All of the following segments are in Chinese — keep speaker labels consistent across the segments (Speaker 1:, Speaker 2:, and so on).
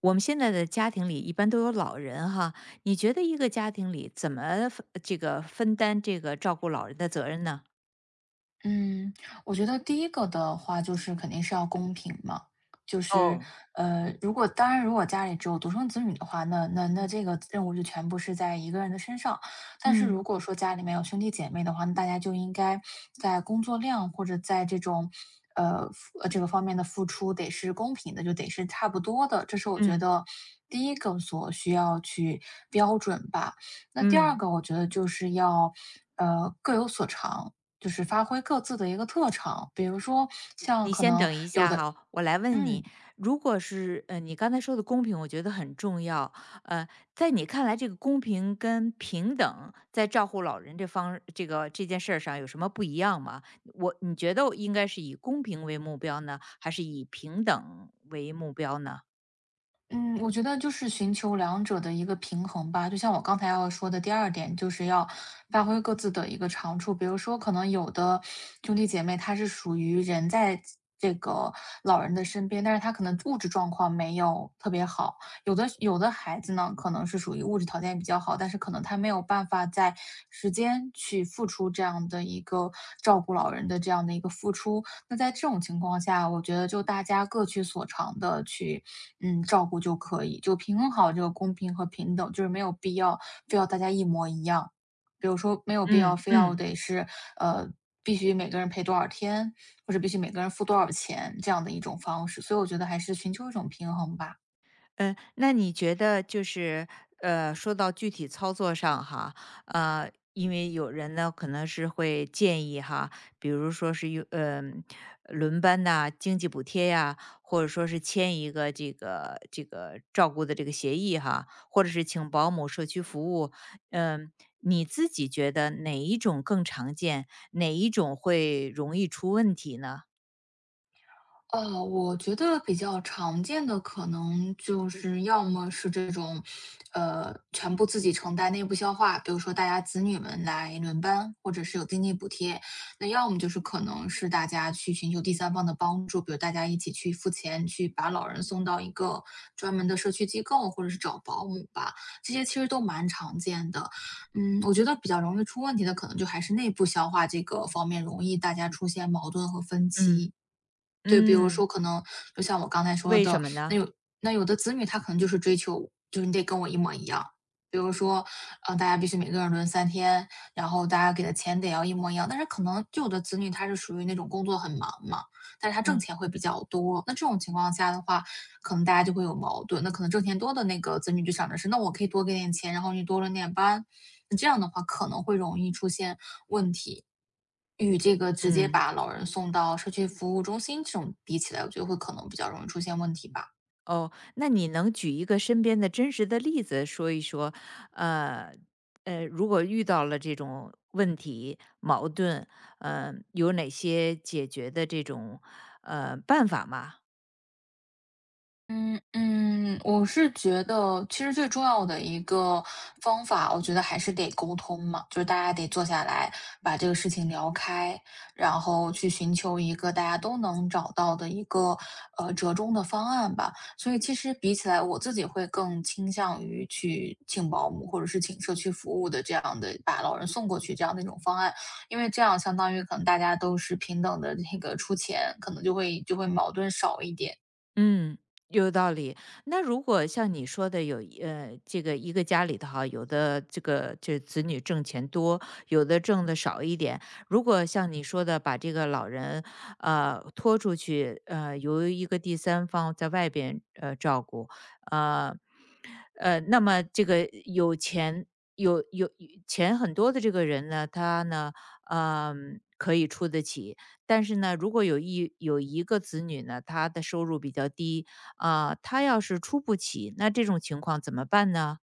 Speaker 1: 我们现在的家庭里一般都有老人哈，你觉得一个家庭里怎么分分担这个照顾老人的责任呢？
Speaker 2: 嗯，我觉得第一个的话就是肯定是要公平嘛，就是
Speaker 1: 哦，
Speaker 2: 如果当然如果家里只有独生子女的话，那
Speaker 1: 嗯
Speaker 2: 这个任务就全部是在一个人的身上。但是
Speaker 1: 嗯
Speaker 2: 如果说家里面有兄弟姐妹的话，那大家就应该在工作量或者在这种呃付呃这个方面的付出得是公平的，就得是差不多的。这是我觉
Speaker 1: 嗯
Speaker 2: 得第一个所需要去标准吧。那第二
Speaker 1: 嗯，
Speaker 2: 个，我觉得就是要各有所长，就是发挥各自的一个特长。比如说像
Speaker 1: 你
Speaker 2: 可
Speaker 1: 先
Speaker 2: 能
Speaker 1: 等一
Speaker 2: 有
Speaker 1: 下
Speaker 2: 的
Speaker 1: 哈，我来问
Speaker 2: 嗯，
Speaker 1: 你，如果是你刚才说的公平，我觉得很重要。呃，在你看来，这个公平跟平等在照顾老人这方这个这件事儿上有什么不一样吗？你觉得应该是以公平为目标呢，还是以平等为目标呢？
Speaker 2: 嗯，我觉得就是寻求两者的一个平衡吧。就像我刚才要说的第二点，就是要发挥各自的一个长处。比如说可能有的兄弟姐妹，他是属于人在这个老人的身边，但是他可能物质状况没有特别好。有的孩子呢，可能是属于物质条件比较好，但是可能他没有办法在时间去付出这样的一个照顾老人的这样的一个付出。那在这种情况下，我觉得就大家各取所长的去，嗯，照顾就可以，就平衡好这个公平和平等，就是没有必要非要大家一模一样。比如说没有必要
Speaker 1: 嗯
Speaker 2: 非要
Speaker 1: 嗯
Speaker 2: 得是，呃，必须每个人陪多少天，或者必须每个人付多少钱这样的一种方式，所以我觉得还是寻求一种平衡吧。
Speaker 1: 那你觉得就是说到具体操作上哈，因为有人呢可能是会建议哈，比如说是用嗯、轮班呐、经济补贴呀、或者说是签一个这个照顾的这个协议哈，或者是请保姆、社区服务，嗯、你自己觉得哪一种更常见，哪一种会容易出问题呢？
Speaker 2: 我觉得比较常见的可能就是要么是这种，全部自己承担内部消化，比如说大家子女们来轮班，或者是有经济补贴。那要么就是可能是大家去寻求第三方的帮助，比如大家一起去付钱，去把老人送到一个专门的社区机构，或者是找保姆吧，这些其实都蛮常见的。嗯，我觉得比较容易出问题的，可能就还是内部消化这个方面容易大家出现矛盾和分
Speaker 1: 嗯。
Speaker 2: 歧。对，比如
Speaker 1: 嗯，
Speaker 2: 说可能就像我刚才说
Speaker 1: 为
Speaker 2: 的，
Speaker 1: 什么
Speaker 2: 那
Speaker 1: 呢？
Speaker 2: 有那有的子女他可能就是追求，就是你得跟我一模一样。比如说，大家必须每个人轮三天，然后大家给的钱得要一模一样。但是可能就有的子女他是属于那种工作很忙嘛，但是他挣
Speaker 1: 嗯
Speaker 2: 钱会比较多。那这种情况下的话，可能大家就会有矛盾，那可能挣钱多的那个子女就想着是，那我可以多给点钱，然后你多轮点班，那这样的话可能会容易出现问题。与这个直接
Speaker 1: 嗯。
Speaker 2: 把老人送到社区服务中心这种比起来，我觉得会可能比较容易出现问题吧。
Speaker 1: 哦，那你能举一个身边的真实的例子说一说，呃，如果遇到了这种问题、矛盾，呃，有哪些解决的这种办法吗？
Speaker 2: 嗯嗯，我是觉得，其实最重要的一个方法，我觉得还是得沟通嘛，就是大家得坐下来把这个事情聊开，然后去寻求一个大家都能找到的一个折中的方案吧。所以其实比起来，我自己会更倾向于去请保姆或者是请社区服务的这样的把老人送过去这样的一种方案，因为这样相当于可能大家都是平等的那个出钱，可能就会矛盾少一点。
Speaker 1: 嗯，有道理。那如果像你说的，这个一个家里头哈，有的这个这子女挣钱多，有的挣的少一点。如果像你说的，把这个老人拖出去，呃，由一个第三方在外边照顾。呃那么这个有钱有有钱很多的这个人呢，他呢，嗯、可以出得起。但是呢，如果有一个子女呢，他的收入比较低，啊，他要是出不起，那这种情况怎么办呢？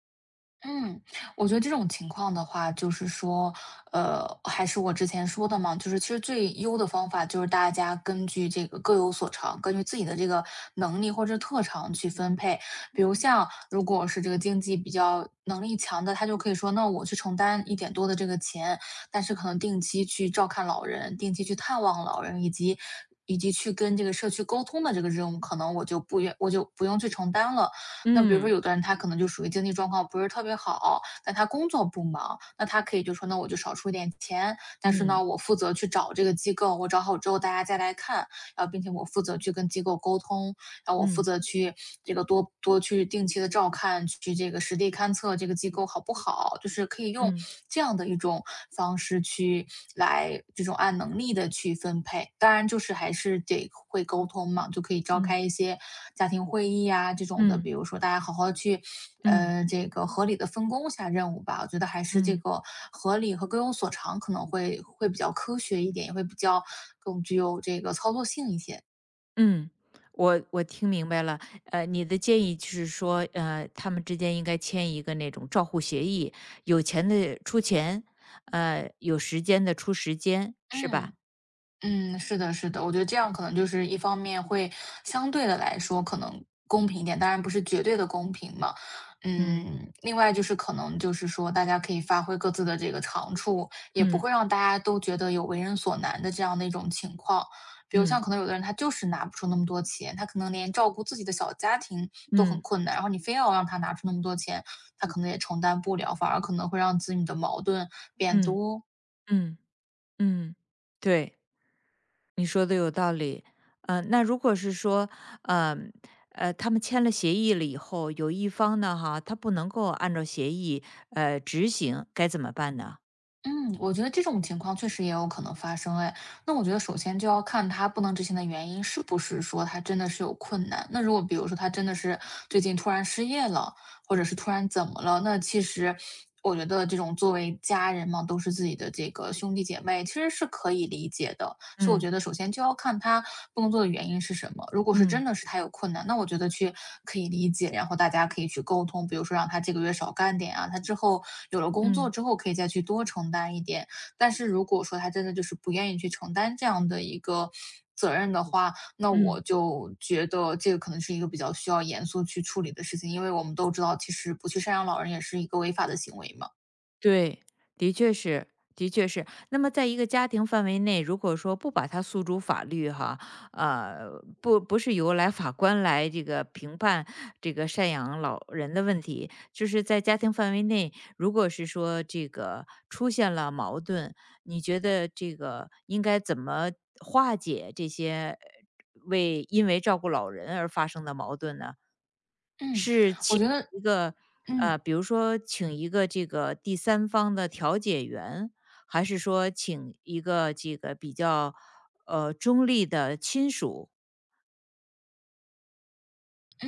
Speaker 2: 嗯，我觉得这种情况的话，就是说，还是我之前说的嘛，就是其实最优的方法就是大家根据这个各有所长，根据自己的这个能力或者特长去分配。比如像如果是这个经济比较能力强的，他就可以说，那我去承担一点多的这个钱，但是可能定期去照看老人，定期去探望老人，以及去跟这个社区沟通的这个任务，可能我就不用去承担了。那比如说
Speaker 1: 嗯
Speaker 2: 有的人他可能就属于经济状况不是特别好，但他工作不忙，那他可以就说那我就少出一点钱，但是呢，
Speaker 1: 嗯
Speaker 2: 我负责去找这个机构，我找好之后大家再来看，然后并且我负责去跟机构沟通，然后我负
Speaker 1: 嗯
Speaker 2: 责去这个多多去定期的照看，去这个实地勘测这个机构好不好，就是可以用
Speaker 1: 嗯
Speaker 2: 这样的一种方式去来这种按能力的去分配。当然，就是还是得会沟通嘛，就可以召
Speaker 1: 嗯
Speaker 2: 开一些家庭会议啊这种的，
Speaker 1: 嗯
Speaker 2: 比如说大家好好去。
Speaker 1: 嗯
Speaker 2: 这个合理的分工下任务吧，我觉得还是这
Speaker 1: 嗯
Speaker 2: 个合理和各有所长可能会比较科学一点，也会比较更具有这个操作性一些。
Speaker 1: 嗯，我听明白了。呃，你的建议就是说，呃，他们之间应该签一个那种照护协议，有钱的出钱，呃，有时间的出时间，是吧？
Speaker 2: 嗯。嗯，是的，是的，我觉得这样可能就是一方面会相对的来说可能公平一点，当然不是绝对的公平嘛。
Speaker 1: 嗯
Speaker 2: 嗯，另外就是可能就是说大家可以发挥各自的这个长处，也不
Speaker 1: 嗯
Speaker 2: 会让大家都觉得有为人所难的这样的一种情况。比如像
Speaker 1: 嗯
Speaker 2: 可能有的人他就是拿不出那么多钱，他可能连照顾自己的小家庭都很
Speaker 1: 嗯
Speaker 2: 困难，然后你非要让他拿出那么多钱，他可能也承担不了，反而可能会让子女的矛盾变
Speaker 1: 嗯
Speaker 2: 多。
Speaker 1: 嗯嗯嗯，对。你说的有道理。嗯，那如果是说，嗯，呃，他们签了协议了以后，有一方呢哈，他不能够按照协议执行，该怎么办呢？
Speaker 2: 嗯，我觉得这种情况确实也有可能发生哎。那我觉得首先就要看他不能执行的原因是不是说他真的是有困难。那如果比如说他真的是最近突然失业了，或者是突然怎么了，那其实我觉得这种作为家人嘛，都是自己的这个兄弟姐妹，其实是可以理解的。所以我
Speaker 1: 嗯
Speaker 2: 觉得，首先就要看他不能做的原因是什么。如果是真
Speaker 1: 嗯
Speaker 2: 的是他有困难，那我觉得去可以理解，然后大家可以去沟通，比如说让他这个月少干点啊，他之后有了工作
Speaker 1: 嗯
Speaker 2: 之后可以再去多承担一点。但是如果说他真的就是不愿意去承担这样的一个责任的话，那我
Speaker 1: 嗯。
Speaker 2: 就觉得这个可能是一个比较需要严肃去处理的事情，因为我们都知道，其实不去赡养老人也是一个违法的行为嘛。
Speaker 1: 对，的确是，的确是。那么在一个家庭范围内，如果说不把它诉诸法律哈，呃，不不是来法官来这个评判这个赡养老人的问题，就是在家庭范围内，如果是说这个出现了矛盾，你觉得这个应该怎么化解这些？为因为照顾老人而发生的矛盾呢？
Speaker 2: 嗯，
Speaker 1: 是
Speaker 2: 我
Speaker 1: 请
Speaker 2: 觉得
Speaker 1: 一个
Speaker 2: 嗯。
Speaker 1: 呃，比如说请一个这个第三方的调解员，还是说请一个这个比较中立的亲属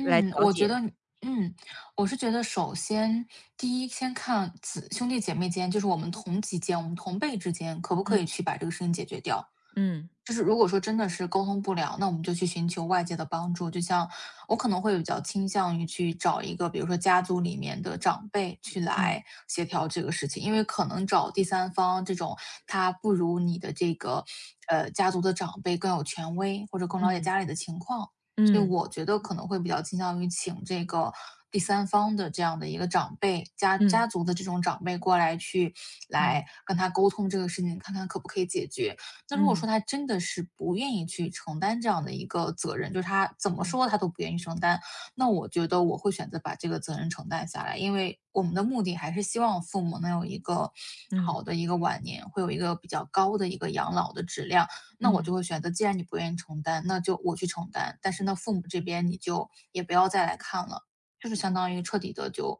Speaker 1: 来调
Speaker 2: 我觉得
Speaker 1: 解？
Speaker 2: 嗯，我是觉得首先第一先看兄弟姐妹间，就是我们同级间，我们同辈之间，可不可以
Speaker 1: 嗯
Speaker 2: 去把这个事情解决掉？
Speaker 1: 嗯
Speaker 2: 就是如果说真的是沟通不了，那我们就去寻求外界的帮助。就像我可能会比较倾向于去找一个，比如说家族里面的长辈去
Speaker 1: 嗯
Speaker 2: 来协调这个事情，因为可能找第三方这种，他不如你的这个，家族的长辈更有权威，或者更了解
Speaker 1: 嗯
Speaker 2: 家里的情况。所以
Speaker 1: 嗯
Speaker 2: 我觉得可能会比较倾向于请这个第三方的这样的一个长辈，家
Speaker 1: 嗯
Speaker 2: 族的这种长辈过来去来
Speaker 1: 嗯
Speaker 2: 跟他沟通这个事情，看看可不可以解决。那如果
Speaker 1: 嗯
Speaker 2: 说
Speaker 1: 嗯
Speaker 2: 他真的是不愿意去承担这样的一个责任，就是他怎么
Speaker 1: 嗯
Speaker 2: 说他都不愿意承担，那我觉得我会选择把这个责任承担下来，因为我们的目的还是希望父母能有一个
Speaker 1: 嗯
Speaker 2: 好的一个晚年，会有一个比较高的一个养老的质量。那我就
Speaker 1: 嗯
Speaker 2: 会选择，既然你不愿意承担，那就我去承担，但是呢，父母这边你就也不要再来看了，就是相当于彻底的就，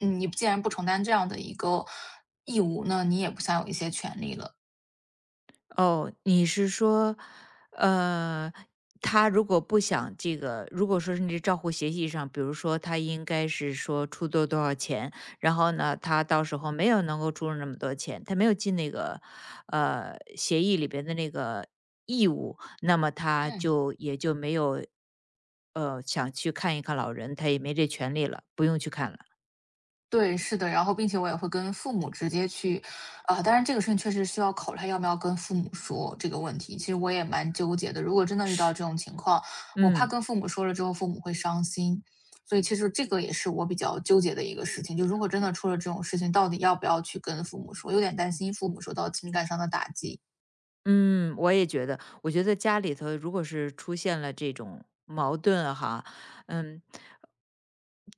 Speaker 2: 嗯，你既然不承担这样的一个义务，那你也不想有一些权利了。
Speaker 1: 哦，你是说，呃，他如果不想这个，如果说是你照护协议上，比如说他应该是说出多少钱，然后呢，他到时候没有能够出那么多钱，他没有尽那个协议里边的那个义务，那么他
Speaker 2: 嗯。
Speaker 1: 就也就没有想去看一看老人，他也没这权利了，不用去看了。
Speaker 2: 对，是的，然后并且我也会跟父母直接去啊，当然这个事情确实需要考虑要不要跟父母说这个问题，其实我也蛮纠结的。如果真的遇到这种情况，我怕
Speaker 1: 嗯。
Speaker 2: 跟父母说了之后父母会伤心，所以其实这个也是我比较纠结的一个事情，就如果真的出了这种事情，到底要不要去跟父母说，有点担心父母受到情感上的打击。
Speaker 1: 嗯，我也觉得，我觉得家里头如果是出现了这种矛盾啊哈，嗯，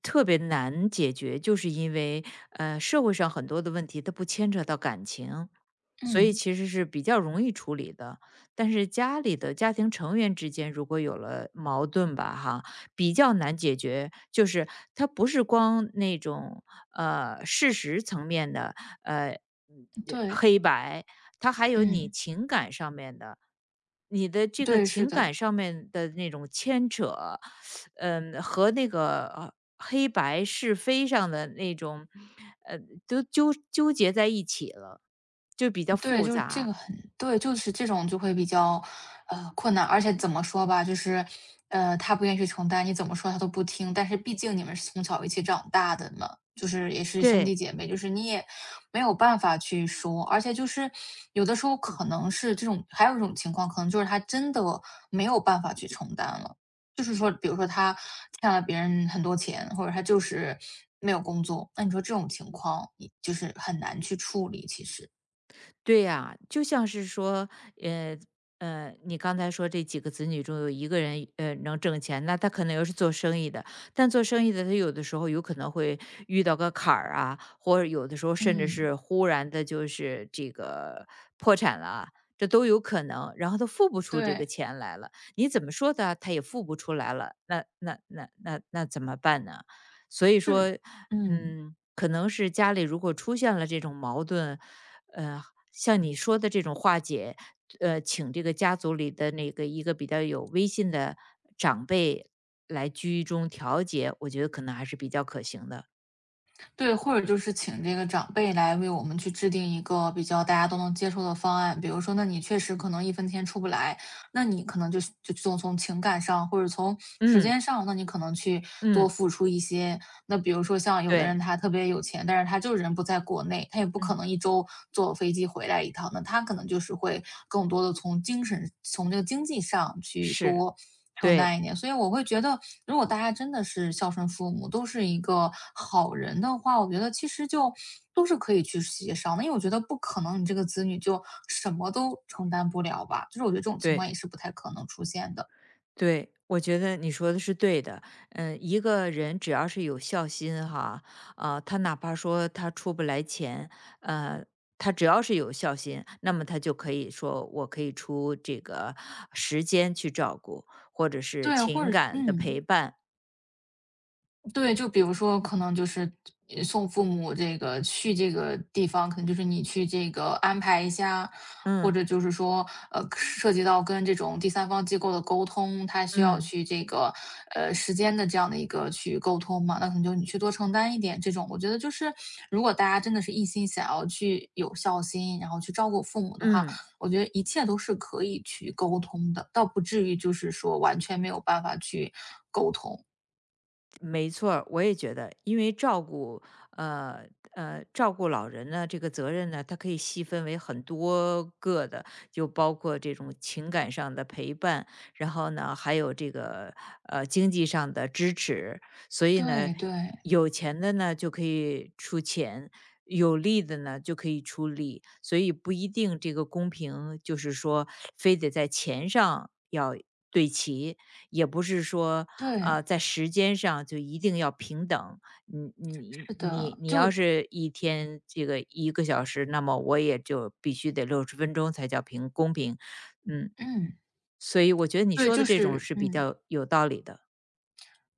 Speaker 1: 特别难解决，就是因为社会上很多的问题它不牵扯到感情，所以
Speaker 2: 嗯，
Speaker 1: 其实是比较容易处理的。但是家里的家庭成员之间如果有了矛盾吧，哈，比较难解决，就是它不是光那种事实层面的呃嗯
Speaker 2: 对，
Speaker 1: 黑白。它还有你
Speaker 2: 嗯。
Speaker 1: 情感上面的，你的这个
Speaker 2: 对，是
Speaker 1: 情感
Speaker 2: 的。
Speaker 1: 上面的那种牵扯，嗯，和那个黑白是非上的那种，呃，都纠结在一起了，就比较
Speaker 2: 对，
Speaker 1: 复
Speaker 2: 就是这
Speaker 1: 杂。
Speaker 2: 个很对，就是这种就会比较，困难。而且怎么说吧，就是，他不愿意去承担，你怎么说他都不听。但是毕竟你们是从小一起长大的嘛，就是也是兄弟
Speaker 1: 对。
Speaker 2: 姐妹，就是你也没有办法去说。而且就是有的时候可能是这种，还有一种情况，可能就是他真的没有办法去承担了。就是说，比如说他欠了别人很多钱，或者他就是没有工作，那你说这种情况，你就是很难去处理，其实。
Speaker 1: 对呀、就像是说，呃你刚才说这几个子女中有一个人能挣钱，那他可能又是做生意的，但做生意的他有的时候有可能会遇到个坎儿啊，或者有的时候甚至
Speaker 2: 嗯。
Speaker 1: 是忽然的就是这个破产了啊，这都有可能。然后他付不出这个
Speaker 2: 对，
Speaker 1: 钱来了，你怎么说他，他也付不出来了，那怎么办呢？所以
Speaker 2: 就是
Speaker 1: 说，
Speaker 2: 嗯，
Speaker 1: 嗯，可能是家里如果出现了这种矛盾，呃，像你说的这种化解，呃，请这个家族里的那个一个比较有威信的长辈来居中调解，我觉得可能还是比较可行的。
Speaker 2: 对，或者就是请这个长辈来为我们去制定一个比较大家都能接受的方案。比如说，那你确实可能一分钱出不来，那你可能就从情感上或者从时
Speaker 1: 嗯，
Speaker 2: 间上，那你可能去多
Speaker 1: 嗯，
Speaker 2: 付出一些。那比如说像有的人
Speaker 1: 对，
Speaker 2: 他特别有钱，但是他就人不在国内，他也不可
Speaker 1: 嗯，
Speaker 2: 能一周坐飞机回来一趟，那他可能就是会更多的从精神从这个经济上去
Speaker 1: 是，
Speaker 2: 多承担
Speaker 1: 对，
Speaker 2: 一点。所以我会觉得，如果大家真的是孝顺父母，都是一个好人的话，我觉得其实就都是可以去协商的。因为我觉得不可能你这个子女就什么都承担不了吧，就是我觉得这种情况也
Speaker 1: 对。
Speaker 2: 是不太可能出现的。
Speaker 1: 对，我觉得你说的是对的。嗯，一个人只要是有孝心哈，啊、他哪怕说他出不来钱，呃，他只要是有孝心，那么他就可以说我可以出这个时间去照顾，或者是
Speaker 2: 对，或
Speaker 1: 情
Speaker 2: 者
Speaker 1: 感的陪
Speaker 2: 嗯。
Speaker 1: 伴。
Speaker 2: 对，就比如说可能就是送父母这个去这个地方，可能就是你去这个安排一下，或
Speaker 1: 嗯
Speaker 2: 者就是说，涉及到跟这种第三方机构的沟通，他需要
Speaker 1: 嗯
Speaker 2: 去这个时间的这样的一个去沟通嘛，那可能就你去多承担一点这种。我觉得就是，如果大家真的是一心想要去有孝心，然后去照顾父母的话，
Speaker 1: 嗯。
Speaker 2: 我觉得一切都是可以去沟通的，倒不至于就是说完全没有办法去沟通。
Speaker 1: 没错儿，我也觉得，因为照顾呃照顾老人呢，这个责任呢，它可以细分为很多个的，就包括这种情感上的陪伴，然后呢，还有这个经济上的支持，所以呢，
Speaker 2: 对对，
Speaker 1: 有钱的呢就可以出钱，有力的呢就可以出力。所以不一定这个公平，就是说非得在钱上要对齐，也不是说，呃，
Speaker 2: 对，
Speaker 1: 在时间上就一定要平等。你你
Speaker 2: 是的，
Speaker 1: 你你
Speaker 2: 就
Speaker 1: 要是一天这个1个小时，那么我也就必须得60分钟才叫公平。嗯，
Speaker 2: 嗯，
Speaker 1: 所以我觉得你
Speaker 2: 对，
Speaker 1: 说
Speaker 2: 就
Speaker 1: 的这种
Speaker 2: 是
Speaker 1: 是比
Speaker 2: 嗯，
Speaker 1: 较有道理的。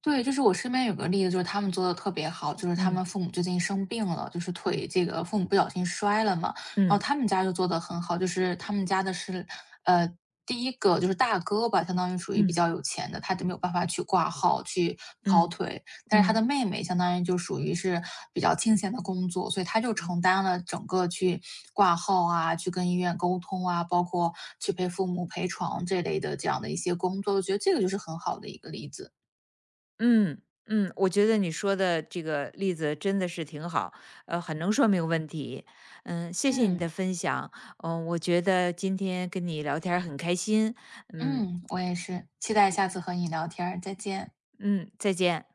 Speaker 2: 对，就是我身边有个例子，就是他们做的特别好，就是他
Speaker 1: 嗯，
Speaker 2: 们父母最近生病了，就是腿
Speaker 1: 嗯，
Speaker 2: 这个父母不小心摔了嘛，然后
Speaker 1: 嗯，
Speaker 2: 他们家就做的很好，就是他们家的是，呃，第一个就是大哥吧，相当于属于比
Speaker 1: 嗯，
Speaker 2: 较有钱的，他就没有办法去挂号去跑
Speaker 1: 嗯，
Speaker 2: 腿，但是他的
Speaker 1: 嗯，
Speaker 2: 妹妹相当于就属于是比较清闲的工作，所以他就
Speaker 1: 嗯。
Speaker 2: 承担了整个去挂号啊，去跟医院沟通啊，包括去陪父母陪床这类的这样的一些工作，我觉得这个就是很好的一个例子，
Speaker 1: 嗯我觉得你说的这个例子真的是挺好，呃，很能说明问题。嗯，谢谢你的
Speaker 2: 嗯。
Speaker 1: 分享。嗯、我觉得今天跟你聊天儿很开心。嗯，
Speaker 2: 嗯，我也是，期待下次和你聊天儿，再见。
Speaker 1: 嗯，再见。